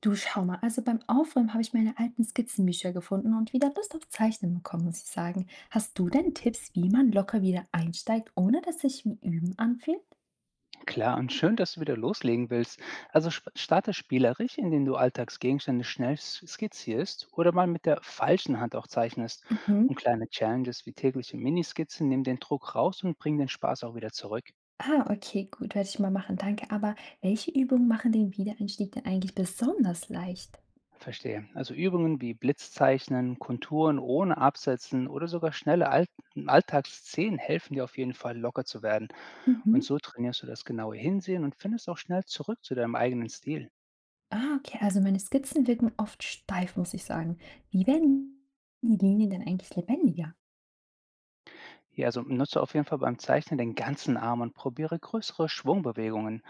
Du, schau mal, also beim Aufräumen habe ich meine alten Skizzenbücher gefunden und wieder Lust auf Zeichnen bekommen, muss ich sagen. Hast du denn Tipps, wie man locker wieder einsteigt, ohne dass sich wie Üben anfühlt? Klar und schön, dass du wieder loslegen willst. Also starte spielerisch, indem du Alltagsgegenstände schnell skizzierst oder mal mit der falschen Hand auch zeichnest. Mhm. Und kleine Challenges wie tägliche Miniskizzen nehmen den Druck raus und bringen den Spaß auch wieder zurück. Ah, okay, gut, werde ich mal machen, danke. Aber welche Übungen machen den Wiedereinstieg denn eigentlich besonders leicht? Verstehe. Also Übungen wie Blitzzeichnen, Konturen ohne Absetzen oder sogar schnelle Alt Alltagsszenen helfen dir auf jeden Fall locker zu werden. Mhm. Und so trainierst du das genaue Hinsehen und findest auch schnell zurück zu deinem eigenen Stil. Ah, okay, also meine Skizzen wirken oft steif, muss ich sagen. Wie werden die Linien denn eigentlich lebendiger? Ja, also nutze auf jeden Fall beim Zeichnen den ganzen Arm und probiere größere Schwungbewegungen.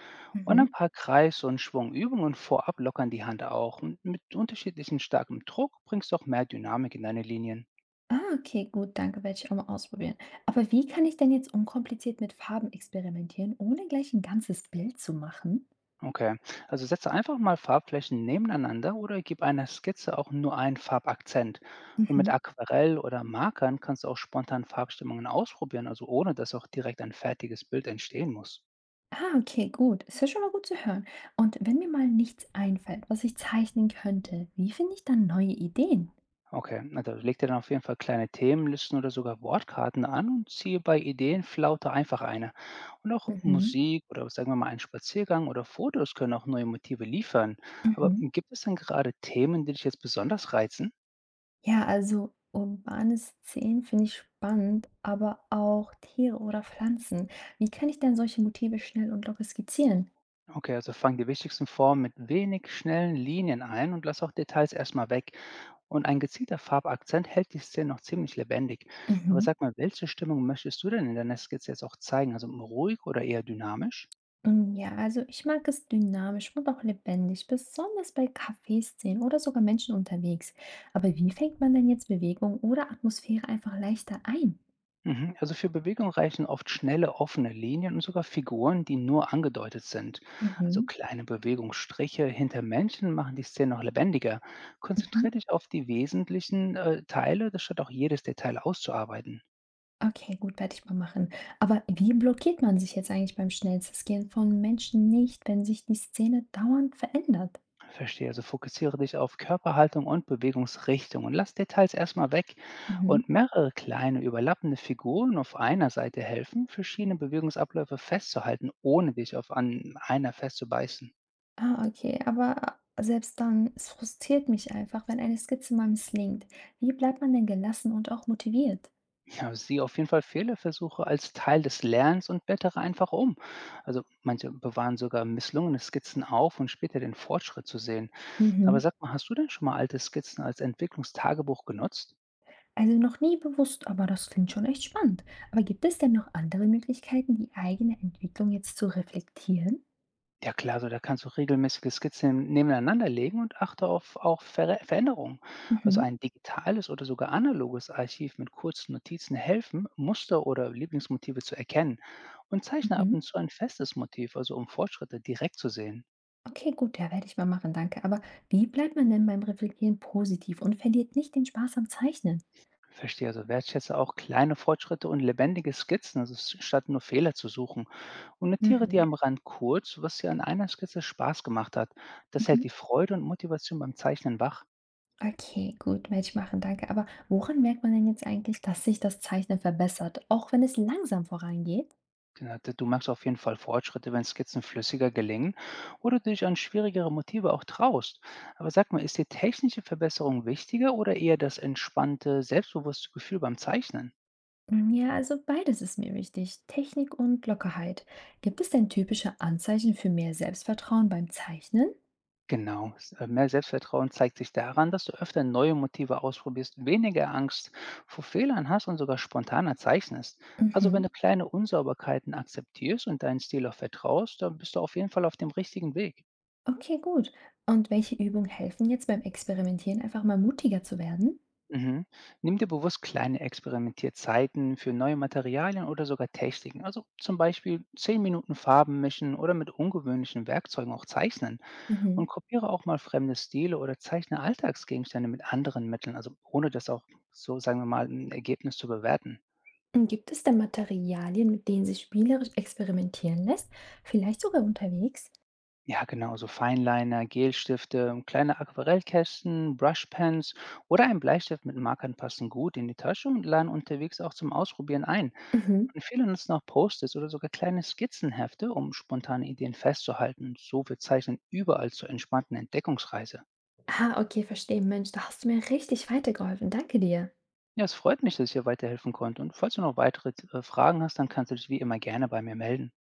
Und ein Mhm. paar Kreis- und Schwungübungen vorab lockern die Hand auch. Und mit unterschiedlichen starkem Druck bringst du auch mehr Dynamik in deine Linien. Ah, okay, gut, danke, werde ich auch mal ausprobieren. Aber wie kann ich denn jetzt unkompliziert mit Farben experimentieren, ohne gleich ein ganzes Bild zu machen? Okay, also setze einfach mal Farbflächen nebeneinander oder gib einer Skizze auch nur einen Farbakzent. Und mit Mhm. Aquarell oder Markern kannst du auch spontan Farbstimmungen ausprobieren, also ohne dass auch direkt ein fertiges Bild entstehen muss. Ah, okay, gut. Ist ja schon mal gut zu hören. Und wenn mir mal nichts einfällt, was ich zeichnen könnte, wie finde ich dann neue Ideen? Okay, na, da leg dir dann auf jeden Fall kleine Themenlisten oder sogar Wortkarten an und ziehe bei Ideenflaute einfach eine. Und auch Mhm. Musik oder sagen wir mal ein Spaziergang oder Fotos können auch neue Motive liefern. Aber Mhm. gibt es denn gerade Themen, die dich jetzt besonders reizen? Ja, also urbane Szenen finde ich spannend, aber auch Tiere oder Pflanzen. Wie kann ich denn solche Motive schnell und locker skizzieren? Okay, also fang die wichtigsten Formen mit wenig schnellen Linien ein und lass auch Details erstmal weg. Und ein gezielter Farbakzent hält die Szene noch ziemlich lebendig. Aber Mhm. sag mal, welche Stimmung möchtest du denn in deiner Skizze jetzt auch zeigen? Also ruhig oder eher dynamisch? Hm, ja, also ich mag es dynamisch und auch lebendig, besonders bei Kaffeeszenen oder sogar Menschen unterwegs. Aber wie fängt man denn jetzt Bewegung oder Atmosphäre einfach leichter ein? Mhm. Also für Bewegung reichen oft schnelle, offene Linien und sogar Figuren, die nur angedeutet sind. Also Mhm. kleine Bewegungsstriche hinter Menschen machen die Szene noch lebendiger. Mhm. Konzentriere dich auf die wesentlichen Teile, das statt auch jedes Detail auszuarbeiten. Okay, gut, werde ich mal machen. Aber wie blockiert man sich jetzt eigentlich beim Schnellscan von Menschen nicht, wenn sich die Szene dauernd verändert? Verstehe, also fokussiere dich auf Körperhaltung und Bewegungsrichtung und lass Details erstmal weg. Mhm. Und mehrere kleine überlappende Figuren auf einer Seite helfen, verschiedene Bewegungsabläufe festzuhalten, ohne dich auf an einer festzubeißen. Ah, okay, aber selbst dann, es frustriert mich einfach, wenn eine Skizze mal misslingt. Wie bleibt man denn gelassen und auch motiviert? Ja, sieh auf jeden Fall Fehlerversuche als Teil des Lernens und blättere einfach um. Also manche bewahren sogar misslungene Skizzen auf, um später den Fortschritt zu sehen. Aber Mhm. sag mal, hast du denn schon mal alte Skizzen als Entwicklungstagebuch genutzt? Also noch nie bewusst, aber das klingt schon echt spannend. Aber gibt es denn noch andere Möglichkeiten, die eigene Entwicklung jetzt zu reflektieren? Ja klar, so da kannst du regelmäßige Skizzen nebeneinander legen und achte auf auch Veränderungen. Also Mhm, ein digitales oder sogar analoges Archiv mit kurzen Notizen helfen, Muster oder Lieblingsmotive zu erkennen. Und zeichne ab mhm. und zu ein festes Motiv, also um Fortschritte direkt zu sehen. Okay, gut, ja, werde ich mal machen, danke. Aber wie bleibt man denn beim Reflektieren positiv und verliert nicht den Spaß am Zeichnen? Verstehe, also wertschätze auch kleine Fortschritte und lebendige Skizzen, also statt nur Fehler zu suchen. Und notiere dir Mhm, am Rand kurz, was dir an einer Skizze Spaß gemacht hat. Das hält mhm. die Freude und Motivation beim Zeichnen wach. Okay, gut, werde ich machen, danke. Aber woran merkt man denn jetzt eigentlich, dass sich das Zeichnen verbessert, auch wenn es langsam vorangeht? Genau, du merkst auf jeden Fall Fortschritte, wenn Skizzen flüssiger gelingen oder du dich an schwierigere Motive auch traust. Aber sag mal, ist die technische Verbesserung wichtiger oder eher das entspannte, selbstbewusste Gefühl beim Zeichnen? Mm, ja, also beides ist mir wichtig, Technik und Lockerheit. Gibt es denn typische Anzeichen für mehr Selbstvertrauen beim Zeichnen? Genau. S Mehr Selbstvertrauen zeigt sich daran, dass du öfter neue Motive ausprobierst, weniger Angst vor Fehlern hast und sogar spontaner zeichnest. Also wenn Mhm. du kleine Unsauberkeiten akzeptierst und deinen Stil auch vertraust, dann bist du auf jeden Fall auf dem richtigen Weg. Okay, gut. Und welche Übungen helfen jetzt beim Experimentieren einfach mal mutiger zu werden? Mhm. Nimm dir bewusst kleine Experimentierzeiten für neue Materialien oder sogar Techniken. Also zum Beispiel 10 Minuten Farben mischen oder mit ungewöhnlichen Werkzeugen auch zeichnen. Und Mhm. kopiere auch mal fremde Stile oder zeichne Alltagsgegenstände mit anderen Mitteln, also ohne das auch so, sagen wir mal, ein Ergebnis zu bewerten. Und gibt es denn Materialien, mit denen sich spielerisch experimentieren lässt? Vielleicht sogar unterwegs? Ja, genau, so Feinliner, Gelstifte, kleine Aquarellkästen, Brushpens oder ein Bleistift mit Markern passen gut in die Tasche und laden unterwegs auch zum Ausprobieren ein. Mhm. Und viele nutzen auch Post-its oder sogar kleine Skizzenhefte, um spontane Ideen festzuhalten. So wird Zeichnen überall zur entspannten Entdeckungsreise. Ah, okay, verstehe. Mensch, da hast du mir richtig weitergeholfen. Danke dir. Ja, es freut mich, dass ich dir weiterhelfen konnte. Und falls du noch weitere Fragen hast, dann kannst du dich wie immer gerne bei mir melden.